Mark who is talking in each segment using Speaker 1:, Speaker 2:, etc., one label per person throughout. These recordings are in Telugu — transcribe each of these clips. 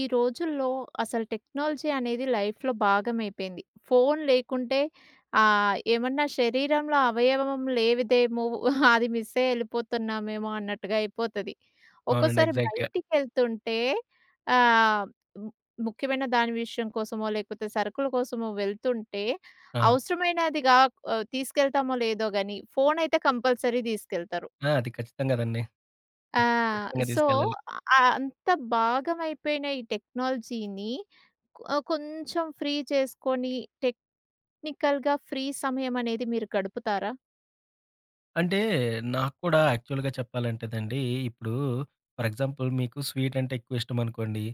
Speaker 1: ఈ రోజుల్లో అసలు టెక్నాలజీ అనేది లైఫ్‌లో భాగమైపోయింది. ఫోను లేకుంటే ఏమన్నా శరీరంలో అవయవం లేవిదేమో అది మిస్సయ్యి ఎళ్ళిపోతున్నామేమో అన్నట్టుగా అయిపోతది.
Speaker 2: అవునండి.
Speaker 1: ఒక్కోసారి
Speaker 2: ఎగ్జాక్ట్‌గా.
Speaker 1: బయటికెళ్తుంటే ఆహ్, ము ముఖ్యమైన దాని విషయం కోసమో, లేకపోతే సరుకుల కోసమో వెళ్తుంటే
Speaker 2: ఆ!
Speaker 1: అవసరమైనది గా తీసుకెళ్తామో లేదో గాని ఫోనయితే కంపల్సరీ తీసుకెళ్తారు.
Speaker 2: ఆ! అది ఖచ్చితం గదండీ.
Speaker 1: ఆ!
Speaker 2: ఖచ్చితంగా
Speaker 1: సో,
Speaker 2: తీసుకెళ్ళాలి.
Speaker 1: అంత భాగమైపోయిన ఈ టెక్నాలజీని కొ కొంచెం ఫ్రీ చేసుకొని టెక్నికల్‌గా ఫ్రీ సమయం అనేది మీరు గడుపుతారా?
Speaker 2: అంటే నాకు కూడా యాక్చువల్‌గా చెప్పాలంటేనండి, ఇప్పుడు ఫర్ ఎగ్జాంపుల్ మీకు స్వీట్ అంటే ఎక్కువ ఇష్టమనుకోండి.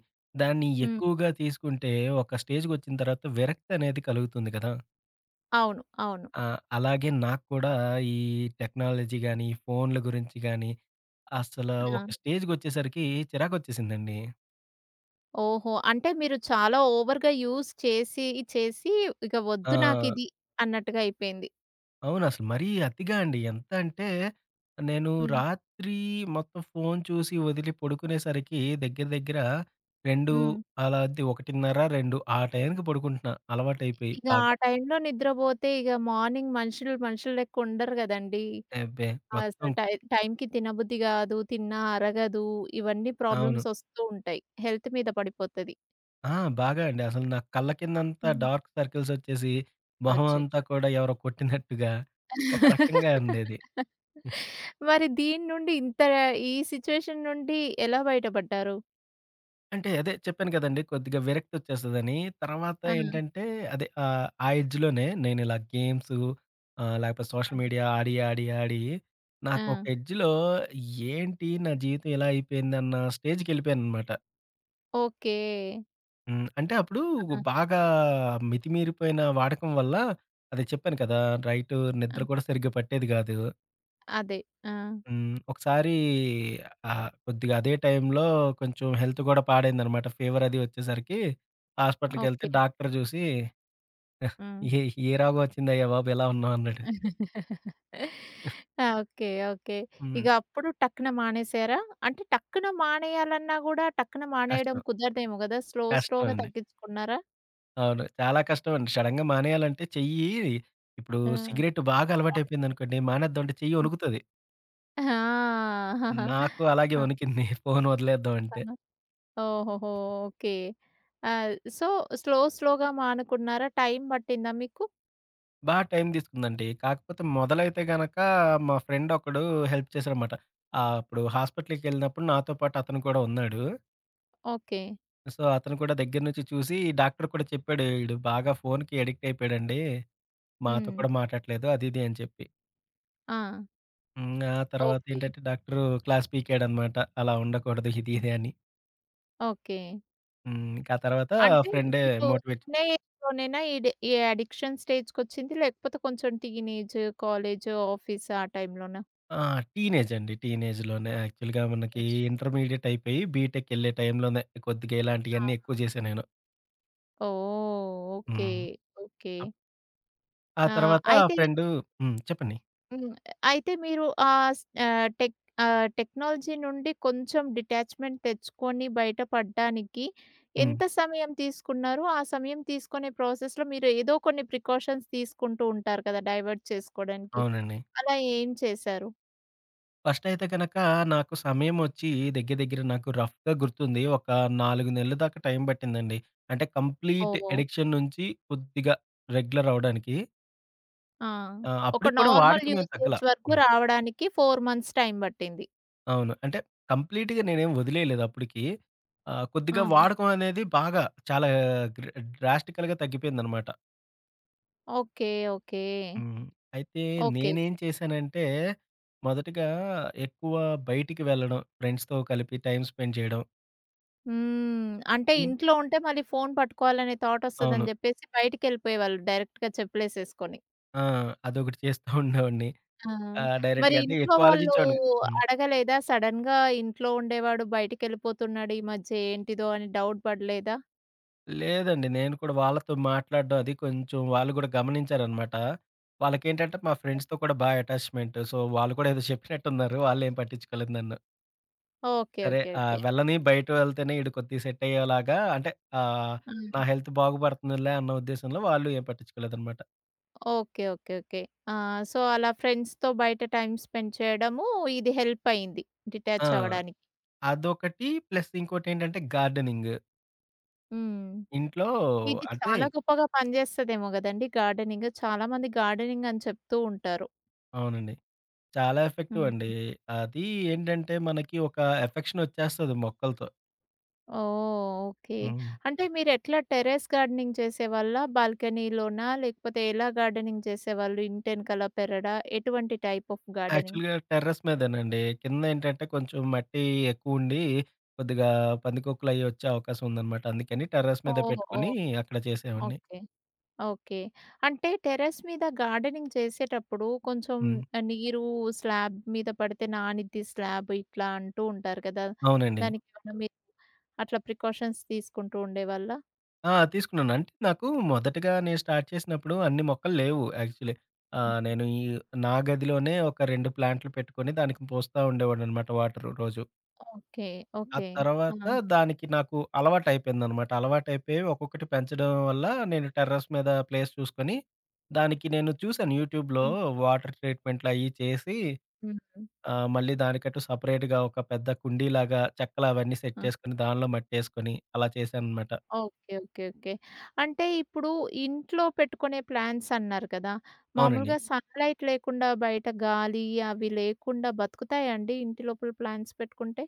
Speaker 2: దాన్ని
Speaker 1: హ్మ్.
Speaker 2: ఎక్కువగా తీసుకుంటే ఒక స్టేజ్‌కొచ్చిన తర్వాత విరక్తి అనేది కలుగుతుంది కదా!
Speaker 1: అవును. అవును.
Speaker 2: ఆ! అలాగే నాకు కూడా ఈ టెక్నాలజీ గాని, ఫోన్‌ల గురించి గాని అసల
Speaker 1: ఆ!
Speaker 2: ఒక స్టేజ్‌కొచ్చేసరికి చిరాకొచ్చేసిందండి.
Speaker 1: ఓహో! అంటే మీరు చాలా ఓవర్‌గా యూజ్ చేసి, చేసి ఇక
Speaker 2: ఆ!
Speaker 1: వద్దు నాకిది అన్నట్టుగా అయిపోయింది.
Speaker 2: అవును. అసలు మరీ అతిగా అండి. ఎంత అంటే, నేను
Speaker 1: హ్మ్.
Speaker 2: రాత్రి మొత్తం ఫోను చూసి వదిలి పడుకునేసరికి దగ్గర దగ్గర 2
Speaker 1: హ్మ్.
Speaker 2: అలాంటి 1:30, 2 ఆ టైంకి పడుకుంటున్నా అలవాటైపోయి
Speaker 1: ఇక ఆ
Speaker 2: బాగా.
Speaker 1: టైంలో నిద్రపోతే ఇక మార్నింగ్ మనుషులు మనుషులు లెక్క ఉండరు గదండీ!
Speaker 2: అబ్బే! మొత్తం
Speaker 1: అసలు టైంకి తినబుద్ధి గాదు. తిన్నా అరగదు. ఇవన్నీ
Speaker 2: అవును.
Speaker 1: ప్రాబ్లమ్స్ ఒస్తూ ఉంటాయి. హెల్త్ మీద పడిపోతది.
Speaker 2: ఆ! బాగా అండి. అసలు నా కళ్ళ కిందంతా
Speaker 1: హ్మ్.
Speaker 2: డార్క్ సర్కిల్సొచ్చేసి, మొహం అంతా
Speaker 1: అచ్చచ్చో!
Speaker 2: కూడా ఎవరో కొట్టినట్టుగా ఒక రకంగా ఉండేది.
Speaker 1: మరి దీని నుండి ఇంత ఈ సిట్యుయేషన్ నుండి ఎలా బయటపడ్డారు?
Speaker 2: అంటే అదే చెప్పాను కదండీ! కొద్దిగా విరక్తొచ్చేస్తదని. తర్వాత
Speaker 1: ఆ!
Speaker 2: ఏంటంటే అదే ఆ ఎడ్జ్‌లోనే నేనిలా గేమ్సు లేకపోతే సోషల్
Speaker 1: ఆ!
Speaker 2: మీడియా ఆడి, ఆడి, ఆడి
Speaker 1: ఆ!
Speaker 2: నాకొక ఎడ్జ్‌లో ఏంటి నా జీవితం ఇలా అయిపోయిందన్న స్టేజ్‌కెళ్ళిపోయాననమాట.
Speaker 1: ఓకే.
Speaker 2: హ్మ్. అంటే అప్పుడు
Speaker 1: ఆ!
Speaker 2: బాగా మితిమీరిపోయిన వాడకం వల్ల అదే చెప్పాను కదా! నైటు
Speaker 1: ఆ!
Speaker 2: నిద్ర కూడా సరిగ్గా పట్టేది గాదు.
Speaker 1: అదే. ఆ!
Speaker 2: హ్మ్. ఒకసారి కొద్దిగా అదే టైంలో కొంచెం హెల్త్ గూడా పాడైందనమాట. ఫీవర్ అది వచ్చేసరికి హాస్పిటల్‌కెళ్తే
Speaker 1: ఓకే.
Speaker 2: డాక్టర్ జూసి
Speaker 1: హ్మ్.
Speaker 2: "ఏ ఏ రోగం వచ్చిందయ్యా బాబు ఇలా ఉన్నావు" అన్నాడు.
Speaker 1: ఆ! ఓకే. ఓకే.
Speaker 2: హ్మ్.
Speaker 1: ఇగ అప్పుడు టక్కున మానేసారా? అంటే టక్కున మానేయాలన్నా గూడా టక్కున మానేయడం
Speaker 2: కష్టం.
Speaker 1: కుదరదేమో గదా! స్లో
Speaker 2: కష్టం
Speaker 1: స్లోగా
Speaker 2: అండి.
Speaker 1: తగ్గించుకున్నారా?
Speaker 2: అవును. చాలా కష్టం అండి. సడెన్‌గా మానేయాలంటే చెయ్యి ఇప్పుడు
Speaker 1: ఆ!
Speaker 2: సిగరెట్ బాగా అలవాటయిపోయిందనుకోండి మానేద్దాం అంటే చెయ్యి
Speaker 1: హ్మ్.
Speaker 2: వణుకుతది.
Speaker 1: ఆ!
Speaker 2: నాకు అలాగే వణికింది ఫోను వదిలేద్దాం అంటే.
Speaker 1: అతను ఓహోహో! ఓకే. ఆహ్, సో, స్లో స్లోగా మానుకున్నారా? టైం పట్టిందా మీకు?
Speaker 2: బా టైం తీసుకుందండి. కాకపోతే మొదలైతే గనక మా ఫ్రెండ్ ఒకడు హెల్ప్ చేశాడనమాట. అప్పుడు హాస్పిటల్‌కెళ్ళినప్పుడు నాతో పాటు అతను కూడా ఉన్నాడు.
Speaker 1: ఓకే.
Speaker 2: సో, అతను కూడా దగ్గర నుంచి చూసి డాక్టర్ కూడా చెప్పాడు. "ఈడు బాగా ఫోన్‌కి అడిక్ట్ అయిపోయాడండి. మాతో
Speaker 1: హ్మ్.
Speaker 2: కూడా మాట్లాడట్లేదు" అది ఇది అని చెప్పి.
Speaker 1: ఆ!
Speaker 2: హ్మ్. ఆ తర్వాత
Speaker 1: ఓకే.
Speaker 2: ఏంటంటే డాక్టరు క్లాస్ పీకాడనమాట. అలా ఉండకూడదు ఇది ఇది అని.
Speaker 1: ఓకే.
Speaker 2: హ్మ్. ఇంక ఆ తర్వాత
Speaker 1: అంటే
Speaker 2: ఫ్రెండే
Speaker 1: మీరు
Speaker 2: మోటివేట్
Speaker 1: చిన్న ఏజ్‌లోనేనా ఈ ఈ అడిక్షన్ స్టేజ్‌కొచ్చింది? లేకపోతే కొంచెం టీనేజ్, కాలేజ్, ఆఫీస్ ఆ టైంలోనా?
Speaker 2: ఆ! టీనేజ్ అండి. టీనేజ్‌లోనే యాక్చువల్‌గా మనకి
Speaker 1: టీనేజ్.
Speaker 2: ఇంటర్మీడియేట్ అయిపోయి బీటెక్ ఎళ్ళే టైంలోనే కొద్దిగా
Speaker 1: ఆ!
Speaker 2: ఇలాంటియన్నీ ఎక్కువ చేశా నేను.
Speaker 1: ఓహ్! ఓకే.
Speaker 2: హ్మ్.
Speaker 1: ఓకే.
Speaker 2: అప్ ఆ
Speaker 1: ఆ!
Speaker 2: తర్వాత
Speaker 1: అయితే
Speaker 2: ఫ్రెండు హ్మ్. చెప్పండి.
Speaker 1: హ్మ్. అయితే మీరు టెక్నాలజీ నుండి కొంచెం డిటాచ్‌మెంట్ తెచ్చుకొని బయటపడ్డానికి
Speaker 2: హ్మ్.
Speaker 1: ఎంత సమయం తీసుకున్నారు? ఆ సమయం తీసుకునే ప్రాసెస్‌లో మీరు ఏదో కొన్ని ప్రికాషన్స్ తీసుకుంటూ ఉంటారు కదా! డైవర్ట్ చేసుకోవడానికి.
Speaker 2: అవునండి.
Speaker 1: అలా ఏం చేశారు?
Speaker 2: ఫస్టయితే గనక నాకు సమయమొచ్చి దగ్గర దగ్గర నాకు రఫ్‌గా గుర్తుంది. ఒక 4 నెలల దాకా టైం పట్టిందండి. అంటే కంప్లీట్
Speaker 1: ఓహ్!
Speaker 2: అడిక్షన్ నుంచి కొద్దిగా రెగ్యులర్ అవ్వడానికి.
Speaker 1: ఆ! ఒక
Speaker 2: అప్పటికి కూడా
Speaker 1: నార్మల్
Speaker 2: వాడకం ఏం తగ్గల.
Speaker 1: యూసేజ్ వరకు
Speaker 2: హ్మ్.
Speaker 1: రావడానికి 4 మంత్స్ టైమ్ పట్టింది.
Speaker 2: అవును. అంటే కంప్లీట్‌గా నేనేం వదిలేయలేదు అప్పటికి.
Speaker 1: ఆ!
Speaker 2: కొద్దిగా వాడకం అనేది బాగా చాలా గ్ర డ్రాస్టికల్‌గా తగ్గిపోయిందనమాట.
Speaker 1: ఓకే. ఓకే.
Speaker 2: హ్మ్. అయితే
Speaker 1: ఓకే.
Speaker 2: నేనేం చేశానంటే, మొదటగా ఎక్కువ బయటికి వెళ్ళడం, ఫ్రెండ్స్‌తో కలిపి టైమ్ స్పెండ్ చేయడం.
Speaker 1: హ్మ్. అంటే
Speaker 2: ఇం
Speaker 1: ఇంట్లో ఉంటే మళ్ళీ ఫోను పట్టుకోవాలనే థాట్
Speaker 2: అవును.
Speaker 1: వస్తదని జెప్పేసి బయటికెళ్ళిపోయేవాళ్ళు డైరెక్ట్‌గా చెప్పులేసేసుకొని.
Speaker 2: ఆ! అదొకటి చేస్తా ఉండేవాడిని.
Speaker 1: ఆ! మరి
Speaker 2: డైరెక్ట్‌గా అంటే
Speaker 1: ఇంట్లో
Speaker 2: ఎక్కువ
Speaker 1: వాళ్ళు
Speaker 2: ఆలోచించేవాడిని హ్మ్.
Speaker 1: అడగలేదా? సడెన్‌గా ఇంట్లో ఉండేవాడు బయటికెళ్ళిపోతున్నాడు ఈ మధ్య ఏంటిదో అని డౌట్ పడలేదా?
Speaker 2: లేదండి. నేను కూడా వాళ్ళతో మాట్లాడడం అది కొంచెం వాళ్ళు కూడా గమనించారనమాట. వాళ్ళకేంటంటే మా ఫ్రెండ్స్‌తో కూడా బా అటాచ్‌మెంట్. సో, వాళ్ళు కూడా ఏదో చెప్పినట్టున్నారు. వాళ్ళేం పట్టించుకోలేదు నన్ను.
Speaker 1: ఓకే.
Speaker 2: సరే.
Speaker 1: ఓకే. ఓకే.
Speaker 2: వెళ్ళని బయట వెళ్తేనే ఈడు కొద్దిగా సెట్ అయ్యేలాగా అంటే ఆహ్, నా
Speaker 1: ఆ!
Speaker 2: హెల్త్ బాగుపడుతుందిలే అన్న ఉద్దేశంలో వాళ్ళు ఏం పట్టించుకోలేదనమాట.
Speaker 1: ఓకే. ఓకే. ఓకే. ఆ! సో, అలా ఫ్రెండ్స్‌తో బయట టైమ్ స్పెండ్ చేయడము ఇది హెల్ప్ అయింది. డిటాచ్
Speaker 2: ఆ!
Speaker 1: అవ్వడానికి.
Speaker 2: అదొకటి ప్లస్ ఇంకోటేంటంటే గార్డెనింగ్.
Speaker 1: హ్మ్.
Speaker 2: ఇంట్లో
Speaker 1: ఇది
Speaker 2: అంటే
Speaker 1: చాలా గొప్పగా పనిజేస్తదేమో గదండీ గార్డెనింగ్. చాలా మంది గార్డెనింగ్ అని చెప్తూ ఉంటారు.
Speaker 2: అవునండి. చాలా ఎఫెక్టివ్ అండి.
Speaker 1: హ్మ్.
Speaker 2: అది ఏంటంటే మనకి ఒక ఎఫెక్షన్ వచ్చేస్తది మొక్కలతో.
Speaker 1: ఓహ్! ఓకే.
Speaker 2: హ్మ్.
Speaker 1: అంటే మీరెట్లా టెర్రస్ గార్డెనింగ్ చేసేవాళ్ళా? బాల్కనీలోనా? లేకపోతే ఎలా గార్డెనింగ్ చేసేవాళ్ళు? ఇంటెనకాల పెరడా? ఎటువంటి టైప్ ఆఫ్ గార్డెనింగ్?
Speaker 2: యాక్చువల్‌గా టెర్రస్ మీదేనండి. కిందేంటంటే కొంచెం మట్టి ఎక్కువుండి కొద్దిగా పందికొక్కులయి వచ్చే అవకాశం ఉందనమాట. అందుకని టెర్రస్ మీద
Speaker 1: ఓహ్!
Speaker 2: పెట్టుకొని
Speaker 1: ఓహ్!
Speaker 2: అక్కడ చేసేవాడిని.
Speaker 1: ఓకే. ఓకే. అంటే టెర్రస్ మీద గార్డెనింగ్ చేసేటప్పుడు కొంచెం
Speaker 2: హ్మ్.
Speaker 1: నీరు స్లాబ్ మీద పడితే నానిద్ది స్లాబ్ ఇట్లా అంటూ ఉంటారు కదా!
Speaker 2: అవునండి.
Speaker 1: దానికేమన్నా మీరు అట్లా ప్రికాషన్స్ తీసుకుంటూ ఉండేవాళ్ళా?
Speaker 2: ఆ! తీసుకున్నాను. అంటే నాకు మొదటగా నేను స్టార్ట్ చేసినప్పుడు అన్ని మొక్కలు లేవు యాక్చువల్లీ.
Speaker 1: ఆ!
Speaker 2: నేను ఈ నా గదిలోనే ఒక 2 ప్లాంట్లు పెట్టుకొని దానికి పోస్తా ఉండేవాడిననమాట వాటర్ రోజు.
Speaker 1: ఓకే.
Speaker 2: ఆ
Speaker 1: ఓకే.
Speaker 2: తర్వాత
Speaker 1: ఆ!
Speaker 2: దానికి నాకు అలవాటయిపోయిందనమాట. అలవాటయిపోయి ఒక్కొక్కటి పెంచడం వల్ల నేను టెర్రస్ మీద ప్లేస్ చూసుకొని, దానికి నేను చూసాను యూట్యూబ్‌లో
Speaker 1: హ్మ్.
Speaker 2: వాటర్ ట్రీట్‌మెంట్‌లయి చేసి
Speaker 1: హ్మ్.
Speaker 2: మళ్ళీ దానికంటూ సెపరేట్‌గా ఒక పెద్ద కుండీలాగా చెక్కలవన్నీ సెట్
Speaker 1: ఆ!
Speaker 2: చేసుకొని దానిలో మట్టేసుకొని అలా చేశాననమాట.
Speaker 1: ఓకే. ఓకే. ఓకే. అంటే ఇప్పుడు ఇంట్లో పెట్టుకునే ప్లాంట్స్ అన్నారు కదా!
Speaker 2: అవునండి.
Speaker 1: మామూలుగా సన్‌లైట్ లేకుండా బయట గాలి అవి లేకుండా బతుకుతాయండి ఇంటి లోపల ప్లాంట్స్ పెట్టుకుంటే?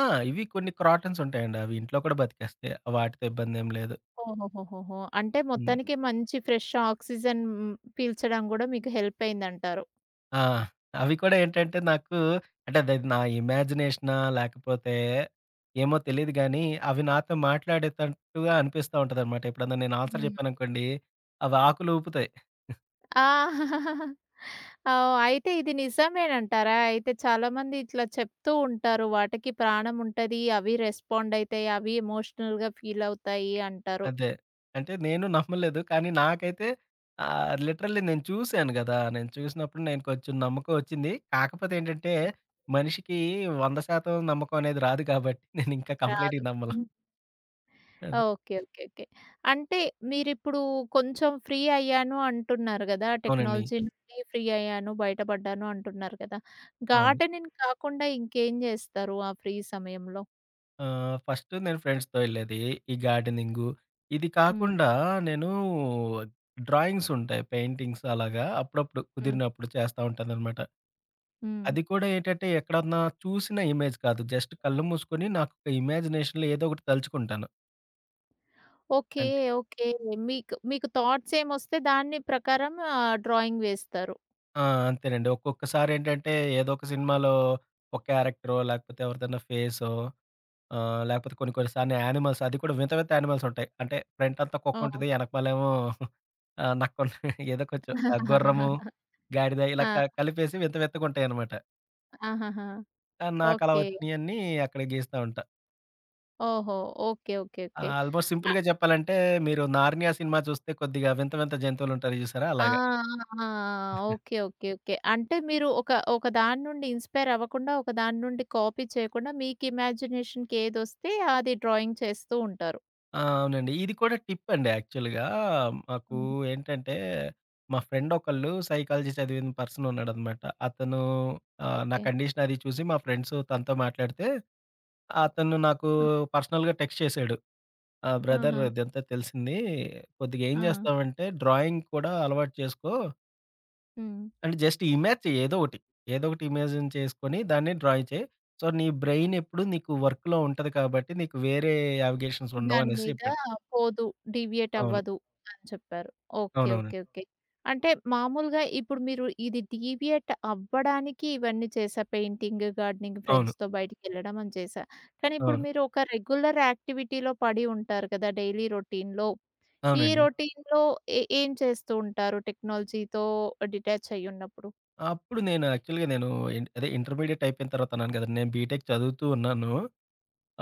Speaker 2: ఆ! ఇవి కొన్ని క్రాటన్స్ ఉంటాయండి. అవి ఇంట్లో కూడా బతికేస్తాయి. వాటితో ఇబ్బందేం లేదు.
Speaker 1: ఓహోహోహోహో! అంటే
Speaker 2: హ్మ్.
Speaker 1: మొత్తానికి మంచి ఫ్రెష్ ఆక్సిజన్ హ్మ్, పీల్చడం గూడా మీకు హెల్ప్ అయిందంటారు.
Speaker 2: ఆ! అవి కూడా ఏంటంటే నాకు అంటే అది నా ఇమాజినేషనా? లేకపోతే ఏమో తెలీదు గానీ, అవి నాతో మాట్లాడేటట్టుగా అనిపిస్తా ఉంటదనమాట. ఎప్పుడన్నా నేను ఆన్సర్
Speaker 1: హ్మ్.
Speaker 2: చెప్పాననుకోండి, అవి ఆకులు ఊపుతాయి.
Speaker 1: ఆ! ఓహ్! అయితే ఇది నిజమేనంటారా? అయితే చాలామంది ఇట్లా చెప్తూ ఉంటారు. వాటికి ప్రాణం ఉంటది. అవి రెస్పాండ్ అయితాయి. అవి ఎమోషనల్‌గా ఫీల్ అవుతాయి అంటారు.
Speaker 2: అదే. అంటే నేను నమ్మలేదు. కానీ నాకైతే లిటరల్లీ నేను చూసాను గదా! నేను చూసినప్పుడు నేను కొంచెం నమ్మకం వచ్చింది. కాకపోతే ఏంటంటే మనిషికి 100% నమ్మకం అనేది రాదు కాబట్టి నేనింకా కంప్లీట్‌గా
Speaker 1: రాదు.
Speaker 2: నమ్మను. అదే.
Speaker 1: ఓకే. ఓకే. ఓకే. అంటే మీరిప్పుడు కొంచెం ఫ్రీ అయ్యాను అంటున్నారు గదా!
Speaker 2: అవునండి.
Speaker 1: టెక్నాలజీ నుండి ఫ్రీ అయ్యాను, బయటపడ్డాను అంటున్నారు కదా!
Speaker 2: అవును.
Speaker 1: గార్డెనింగ్ కాకుండా ఇంకేం జేస్తారు ఆ ఫ్రీ సమయంలో?
Speaker 2: ఫస్ట్ నేను ఫ్రెండ్స్‌తో వెళ్ళేది. ఈ గార్డెనింగు. ఇది
Speaker 1: హ్మ్.
Speaker 2: కాకుండా నేను డ్రాయింగ్స్ ఉంటాయి. పెయింటింగ్స్ అలాగా అప్పుడప్పుడు
Speaker 1: హ్మ్.
Speaker 2: కుదిరినప్పుడు చేస్తా ఉంటాననమాట.
Speaker 1: హ్మ్.
Speaker 2: అది కూడా ఏంటంటే ఎక్కడన్నా చూసిన ఇమేజ్ కాదు. జస్ట్ కళ్ళు మూసుకొని నాకు ఇమాజినేషన్‌లో ఏదో ఒకటి తలుచుకుంటాను.
Speaker 1: ఓకే.
Speaker 2: అంటే
Speaker 1: ఓకే. మీకు మీకు థాట్స్ ఏమొస్తే దాన్ని ప్రకారం డ్రాయింగ్ వేస్తారు.
Speaker 2: ఆ! అంతేనండి. ఒక్కొక్కసారేంటంటే ఏదో ఒక సినిమాలో ఒక క్యారెక్టరో, లేకపోతే ఎవరిదైనా ఫేసో లేకపోతే కొన్ని కొన్ని సార్లు యానిమల్స్ అది కూడా వింత వింత యానిమల్స్ ఉంటాయి. అంటే ఫ్రంట్ అంతా
Speaker 1: ఓహ్!
Speaker 2: కుక్కుంటది. ఎనకమాలేమో నక్కుంటది. ఏదో కొంచెం గుర్రము, గాడిద ఇలా
Speaker 1: ఆ!
Speaker 2: కలిపేసి వింత వింతగుంటాయనమాట.
Speaker 1: ఆహాహా!
Speaker 2: నాకలా
Speaker 1: ఓకే.
Speaker 2: వచ్చినయన్నీ అక్కడ గీస్తా ఉంటా.
Speaker 1: ఓహో! ఓకే. ఓకే. ఓకే.
Speaker 2: ఆల్మోస్ట్ సింపుల్‌గా చెప్పాలంటే మీరు 'నార్నియా' సినిమా చూస్తే కొద్దిగా వింత వింత జంతువులుంటారు చూసారా
Speaker 1: ఆ!
Speaker 2: అలాగ.
Speaker 1: ఆ! ఓకే. ఓకే. ఓకే. అంటే మీరు ఒక ఒక దాని నుండి ఇన్‌స్పైర్ అవ్వకుండా, ఒక దాని నుండి కాపీ చేయకుండా మీకు ఇమాజినేషన్‌కి ఏదొస్తే అది డ్రాయింగ్ చేస్తూ ఉంటారు.
Speaker 2: ఆ! అవునండి. ఇది కూడా టిప్పండి యాక్చువల్‌గా. మాకు
Speaker 1: అవును.
Speaker 2: ఏంటంటే, మా ఫ్రెండ్ ఒకళ్ళు సైకాలజీ చదివిన పర్సన్ ఉన్నాడనమాట. అతను నా
Speaker 1: ఓకే.
Speaker 2: కండిషన్ అది చూసి మా ఫ్రెండ్స్ తనతో మాట్లాడితే, అతను నాకు
Speaker 1: ఆ!
Speaker 2: పర్సనల్‌గా టెక్స్ట్ చేశాడు. ఆ! బ్రదర్
Speaker 1: ఆహా!
Speaker 2: ఇదంతా తెలిసింది. కొద్దిగా ఏం
Speaker 1: ఆ!
Speaker 2: చేస్తావంటే డ్రాయింగ్ కూడా అలవాటు చేసుకో.
Speaker 1: హ్మ్.
Speaker 2: అంటే జస్ట్ ఇమేజ్ చెయి ఏదో ఒకటి. ఏదో ఒకటి ఇమేజిన్ చేసుకొని దాన్ని డ్రాయింగ్ చేయి. సో, నీ బ్రెయిన్ ఎప్పుడు నీకు వర్క్‌లో ఉంటది కాబట్టి, నీకు వేరే యావిగేషన్స్ ఉండవు
Speaker 1: దాని
Speaker 2: అనేసి
Speaker 1: మీద
Speaker 2: చెప్పాడు.
Speaker 1: పోదు. డీవియేట్
Speaker 2: అవును.
Speaker 1: అవ్వదు అని చెప్పారు. ఓకే.
Speaker 2: అవునవును.
Speaker 1: ఓకే. ఓకే. అంటే మామూలుగా ఇప్పుడు మీరు ఇది డీవియేట్ అవ్వడానికి ఇవన్నీ చేశా. పెయింటింగ్, గార్డెనింగ్
Speaker 2: అవును.
Speaker 1: ఫ్రెండ్స్‌తో బయటికెళ్ళడం అని చేశా. కానీ ఇప్పుడు
Speaker 2: అవును.
Speaker 1: మీరు ఒక రెగ్యులర్ యాక్టివిటీలో పడి ఉంటారు కదా! డైలీ రొటీన్‌లో. ఈ
Speaker 2: అవునండి.
Speaker 1: రొటీన్‌లో ఏం చేస్తూ ఉంటారు టెక్నాలజీతో డిటాచ్ అయ్యున్నప్పుడు?
Speaker 2: అప్పుడు నేను యాక్చువల్‌గా నేను అదే ఇంటర్మీడియేట్ అయిపోయిన తర్వాత అన్నాను కదండీ! నేను బీటెక్ చదువుతూ ఉన్నాను.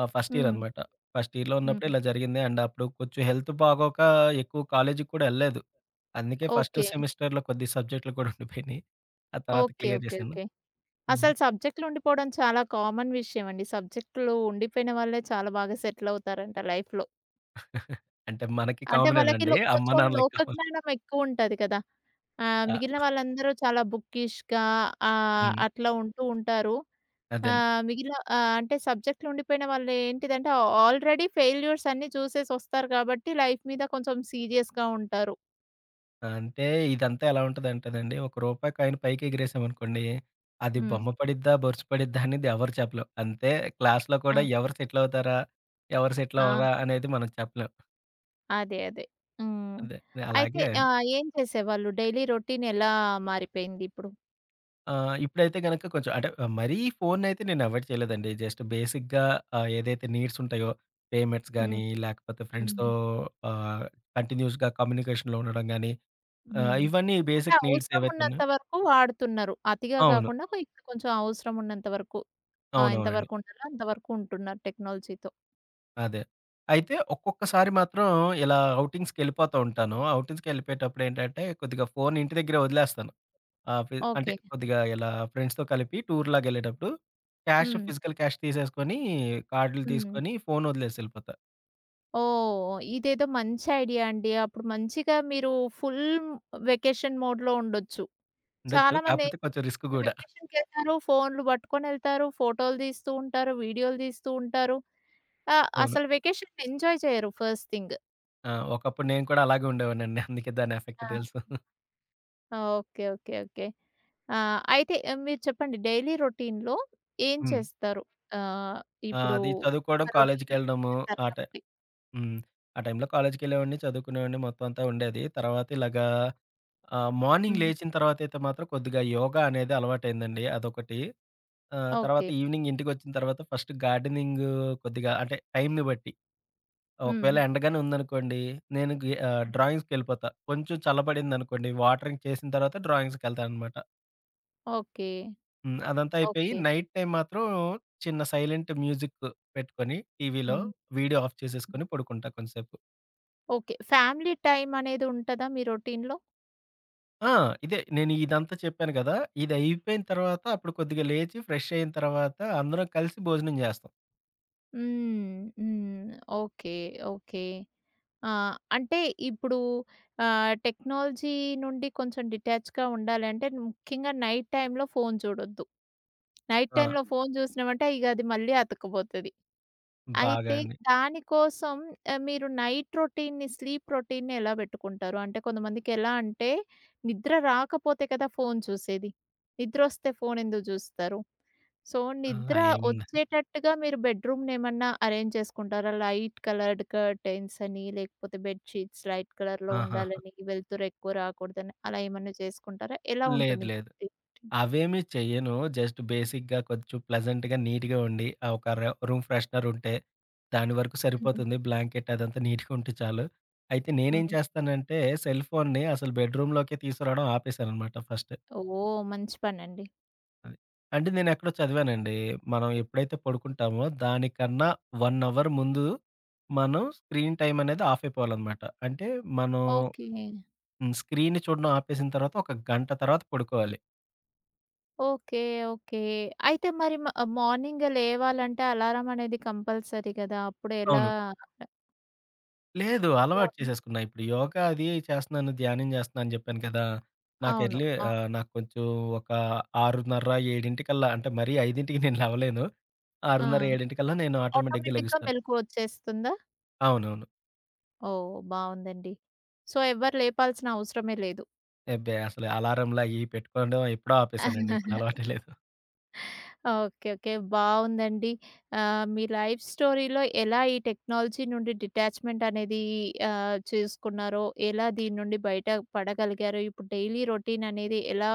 Speaker 2: ఫస్ట్ ఇయర్
Speaker 1: హ్మ్.
Speaker 2: అన్నమాట. ఫస్ట్ ఇయర్‌లో ఉన్నప్పుడే
Speaker 1: హ్మ్.
Speaker 2: ఇలా జరిగింది. అండ్ అప్పుడు కొంచెం హెల్త్ బాగోక ఎక్కువ కాలేజీకి కూడా ఎళ్ళలేదు. అందుకే ఫస్ట్
Speaker 1: ఓకే.
Speaker 2: సెమిస్టర్‌లో కొద్ది సబ్జెక్ట్‌లు కూడా ఉండిపోయినాయి. ఆ తర్వాత
Speaker 1: ఓకే.
Speaker 2: Clear
Speaker 1: okay.
Speaker 2: చేశాను.
Speaker 1: ఓకే.
Speaker 2: హ్మ్.
Speaker 1: అసలు సబ్జెక్ట్‌లుండిపోవడం చాలా కామన్ విషయమండి. సబ్జెక్ట్‌లు ఉండిపోయిన వాళ్ళే చాలా బాగా సెటిలవుతారంట లైఫ్‌లో.
Speaker 2: అంటే మనకి
Speaker 1: అంటే వాళ్ళకి
Speaker 2: కామనేనండి.
Speaker 1: లో
Speaker 2: అమ్మ
Speaker 1: కొంచెం
Speaker 2: నాన్నలకి కామన్.
Speaker 1: లోకజ్ఞానం ఎక్కువుంటది కదా!
Speaker 2: ఆ!
Speaker 1: మిగిలిన వాళ్ళందరూ చాలా బుక్కిష్‌గా
Speaker 2: హ్మ్.
Speaker 1: అట్లా ఉంటూ ఉంటారు.
Speaker 2: అదే.
Speaker 1: మిగిలిన అంటే సబ్జెక్ట్‌లుండిపోయిన వాళ్ళు ఏంటిదంటే ఆల్రెడీ ఫెయిల్యూర్స్ అన్నీ చూసేసొస్తారు కాబట్టి లైఫ్ మీద కొంచెం సీరియస్‌గా ఉంటారు.
Speaker 2: అంటే ఇదంతా ఎలా ఉంటదంటేనండి, రూ. 1 కాయిన్ పైకి ఎగిరేసామనుకోండి, అది
Speaker 1: హ్మ్.
Speaker 2: బొమ్మ పడిద్దా, బొరుసు పడిద్దా అనేది ఎవరు చెప్పలేం. అంతే క్లాస్‌లో
Speaker 1: ఆ!
Speaker 2: కూడా ఎవరు సెటిల్ అవుతారా, ఎవరు సెటిల్
Speaker 1: ఆ!
Speaker 2: అవ్వరా అనేది మనం చెప్పలేం.
Speaker 1: అదే. అదే. హ్మ్.
Speaker 2: అదే
Speaker 1: అయితే
Speaker 2: అలాగే
Speaker 1: ఏం చేసేవాళ్ళు? డైలీ రొటీన్ ఎలా మారిపోయిందిప్పుడు?
Speaker 2: ఇప్పుడైతే గనక కొంచెం అంటే ఆ, మరీ ఫోనయితే నేను అవాయిడ్ చేయలేదండి. జస్ట్ బేసిక్‌గా ఏదైతే నీడ్స్ ఉంటాయో పేమెంట్స్
Speaker 1: హ్మ్.
Speaker 2: గానీ, లేకపోతే ఫ్రెండ్స్‌తో
Speaker 1: హ్మ్.
Speaker 2: ఆహ్, కంటిన్యూయస్‌గా కమ్యూనికేషన్‌లో ఉండడం గానీ,
Speaker 1: హ్మ్.
Speaker 2: ఇవన్నీ
Speaker 1: అంటే
Speaker 2: బేసిక్ నీడ్స్
Speaker 1: అవసరం
Speaker 2: ఏవైతే
Speaker 1: ఉన్నంత
Speaker 2: ఉన్నాయో
Speaker 1: వరకు వాడుతున్నారు. అతిగా
Speaker 2: అవును.
Speaker 1: కాకుండా ఇప్పుడు కొంచెం అవసరం ఉన్నంత వరకు. ఎంత
Speaker 2: అవునవునండి.
Speaker 1: వరకు ఉండాలో అంతవరకు ఉంటున్నారు టెక్నాలజీతో.
Speaker 2: అదే. అయితే ఒక్కొక్కసారి మాత్రం ఇలా ఔటింగ్స్‌కెళ్ళిపోతా ఉంటాను. ఔటింగ్స్‌కెళ్ళిపోయేటప్పుడేంటంటే, కొద్దిగా ఫోను ఇంటి దగ్గరే వదిలేస్తాను. అంటే
Speaker 1: ఓకే.
Speaker 2: కొద్దిగా ఇలా ఫ్రెండ్స్‌తో కలిపి టూర్‌లాగెళ్ళేటప్పుడు క్యాష్,
Speaker 1: హ్మ్.
Speaker 2: ఫిజికల్ క్యాష్ తీసేసుకొని, కార్డులు
Speaker 1: హ్మ్.
Speaker 2: తీసుకొని, ఫోను వదిలేసి ఎళ్ళిపోతా.
Speaker 1: ఓహ్! ఇదేదో మంచి ఐడియా అండి. అప్పుడు మంచిగా మీరు ఫుల్ వెకేషన్ మోడ్‌లో ఉండొచ్చు.
Speaker 2: ఉండొచ్చు.
Speaker 1: చాలామంది
Speaker 2: కాకపోతే కొంచెం రిస్క్
Speaker 1: ఏంటంటే
Speaker 2: గూడా.
Speaker 1: వెకేషన్‌కెళ్తారు, ఫోన్‌లు పట్టుకొనెళ్తారు, ఫోటోలు తీస్తూ ఉంటారు, వీడియోలు తీస్తూ ఉంటారు.
Speaker 2: అవును.
Speaker 1: అసలు వెకేషన్‌ని ఎంజాయ్ చేయరు ఫస్ట్ థింగ్.
Speaker 2: ఆ! ఒకప్పుడు నేను కూడా అలాగే ఉండేవాడినండి. అందుకే దాని ఎఫెక్ట్
Speaker 1: ఆ!
Speaker 2: తెలుసు.
Speaker 1: ఆ! ఓకే. ఓకే. ఓకే. అయితే మీరు చెప్పండి డైలీ రొటీన్‌లో ఏం
Speaker 2: హ్మ్.
Speaker 1: చేస్తారు? ఆహ్,
Speaker 2: ఆ!
Speaker 1: ఇప్పుడు
Speaker 2: అది చదువుకోవడం,
Speaker 1: ఒక
Speaker 2: కాలేజీకెళ్ళడము
Speaker 1: రొటీన్‌లోకొచ్చేసారు
Speaker 2: ఆట
Speaker 1: కాబట్టి.
Speaker 2: హ్మ్. ఆ టైంలో కాలేజ్‌కెళ్ళేవాడిని, చదువుకునేవాడిని మొత్తం అంతా ఉండేది. తర్వాత ఇలాగా మార్నింగ్
Speaker 1: హ్మ్.
Speaker 2: లేచిన తర్వాతయితే మాత్రం కొద్దిగా యోగా అనేది అలవాటయిందండి అదొకటి. తర్వాత
Speaker 1: ఓకే.
Speaker 2: ఈవినింగ్ ఇంటికొచ్చిన తర్వాత ఫస్ట్ గార్డెనింగ్ కొద్దిగా అంటే టైంని బట్టి
Speaker 1: హ్మ్.
Speaker 2: ఒకవేళ ఎండగానే ఉందనుకోండి, నేను డ్రాయింగ్స్‌కెళ్ళిపోతా. కొంచెం చల్లబడిందనుకోండి, వాటరింగ్ చేసిన తర్వాత డ్రాయింగ్స్‌కెళ్తాననమాట.
Speaker 1: ఓకే.
Speaker 2: హ్మ్. అదంతా అయిపోయి
Speaker 1: ఓకే.
Speaker 2: నైట్ టైం మాత్రం చిన్న సైలెంట్ మ్యూజిక్ పెట్టుకొని టీవీలో
Speaker 1: హ్మ్.
Speaker 2: వీడియో ఆఫ్
Speaker 1: హ్మ్.
Speaker 2: చేసేసుకొని పడుకుంటా కొంసేపు.
Speaker 1: ఓకే. ఫ్యామిలీ టైమ్ అనేది ఉంటదా మీ రొటీన్‌లో?
Speaker 2: ఆ! ఇదే నేను ఇదంతా చెప్పాను గదా! ఇదయిపోయిన తర్వాత అప్పుడు కొద్దిగా లేచి ఫ్రెష్ అయిన తర్వాత అందరం కలిసి భోజనం జేస్తాం.
Speaker 1: హ్మ్. హ్మ్. ఓకే. ఓకే. ఆ! అంటే ఇప్పుడు టెక్నాలజీ నుండి కొంచెం డిటాచ్‌గా ఉండాలంటే ముఖ్యంగా నైట్ టైమ్‌లో ఫోను చూడొద్దు. నైట్ టైమ్‌లో
Speaker 2: ఆ!
Speaker 1: ఫోను జూసినామంటే ఇగ అది మళ్ళీ అతకపోతది.
Speaker 2: బాగా
Speaker 1: అయితే
Speaker 2: అండి.
Speaker 1: దానికోసం మీరు నైట్ రొటీన్‌ని, స్లీప్ రొటీన్‌ని ఎలా బెట్టుకుంటారు? అంటే కొంతమందికెలా అంటే నిద్ర రాకపోతే కదా ఫోను చూసేది. నిద్రొస్తే ఫోనెందుకు జూస్తారు? సో,
Speaker 2: అలా
Speaker 1: నిద్ర
Speaker 2: ఏముండదు.
Speaker 1: ఒచ్చేటట్టుగా మీరు బెడ్‌రూమ్‌నేమన్నా అరేంజ్ చేసుకుంటారా? లైట్ కలర్డ్ కర్టెన్స్ అని, లేకపోతే బెడ్ షీట్స్ లైట్ కలర్‌లో
Speaker 2: ఆహాహా!
Speaker 1: ఉండాలని, వెలుతురు ఎక్కువ రాకూడదని అలా ఏమన్నా చేసుకుంటారా? ఎలా
Speaker 2: లేదు.
Speaker 1: ఉంటుంది మీ
Speaker 2: లేదు.
Speaker 1: Sleep routine?
Speaker 2: అవేమీ చెయ్యను. జస్ట్ బేసిక్‌గా కొంచెం ప్లెజెంట్‌గా, నీట్‌గా ఉండి ఒక రూమ్ ఫ్రెషనర్ ఉంటే దాని వరకు
Speaker 1: హ్మ్.
Speaker 2: సరిపోతుంది. బ్లాంకెట్ అదంతా నీట్‌గా ఉంటే చాలు. అయితే నేనేం
Speaker 1: హ్మ్.
Speaker 2: చేస్తానంటే సెల్ ఫోన్‌ని అసలు బెడ్‌రూమ్‌లోకే తీసుకురావడం ఆపేశాననమాట ఫస్ట్.
Speaker 1: ఓహ్! మంచి పనండి.
Speaker 2: అది. అంటే నేనెక్కడో చదివానండి. మనం ఎప్పుడైతే పడుకుంటామో దానికన్నా 1 అవర్ ముందు మనం స్క్రీన్ టైమ్ అనేది ఆఫ్ అయిపోవాలనమాట. అంటే మనం
Speaker 1: ఓకే.
Speaker 2: హ్మ్. స్క్రీన్‌ని చూడడం ఆపేసిన తర్వాత ఒక గంట తర్వాత పడుకోవాలి.
Speaker 1: ఓకే. ఓకే. అయితే మరి మార్నింగ్ లేవాలంటే అలారం అనేది కంపల్సరీ కదా! అప్పుడు ఎలా
Speaker 2: అవును. లేదు. అలవాటు
Speaker 1: అవును.
Speaker 2: చేసేసుకున్నా. ఇప్పుడు యోగా అది చేస్తున్నాను, ధ్యానం చేస్తున్నా అని చెప్పాను కదా! నాకు
Speaker 1: అవును.
Speaker 2: ఎర్లీ
Speaker 1: అవును.
Speaker 2: నాకు కొంచెం ఒక 6:30, 7 అంటే మరీ 5కి నేను లేవలేను.
Speaker 1: ఆ!
Speaker 2: 6:30, 7 నేను ఆటోమేటిక్‌గా
Speaker 1: ఆటోమేటిక్‌గా
Speaker 2: లెగుస్తాను.
Speaker 1: మెలుకువ వచ్చేస్తుందా?
Speaker 2: అవునవును.
Speaker 1: ఓహ్! బావుందండి. సో, ఎవ్వరు లేపాల్సిన అవసరమే లేదు.
Speaker 2: అబ్బే! అసలు అలారంలు అయి పెట్టుకోవడం ఎప్పుడో ఆపేశానండి. ఇప్పుడు అలవాటే లేదు.
Speaker 1: ఓకే. ఓకే. బావుందండి. మీ లైఫ్ స్టోరీలో ఎలా ఈ టెక్నాలజీ నుండి డిటాచ్‌మెంట్ అనేది చేసుకున్నారో, ఎలా దీని నుండి బయట పడగలిగారో, ఇప్పుడు డైలీ రొటీన్ అనేది ఎలా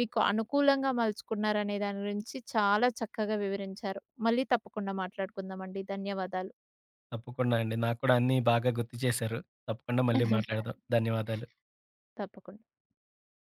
Speaker 1: మీకు అనుకూలంగా మలుచుకున్నారనే దాని గురించి చాలా చక్కగా వివరించారు. మళ్ళీ తప్పకుండా మాట్లాడుకుందామండి. ధన్యవాదాలు.
Speaker 2: తప్పకుండా అండి. నాకు కూడా అన్నీ బాగా గుర్తు చేశారు. తప్పకుండా మళ్ళీ మాట్లాడదాం. ధన్యవాదాలు.
Speaker 1: తప్పకుండా.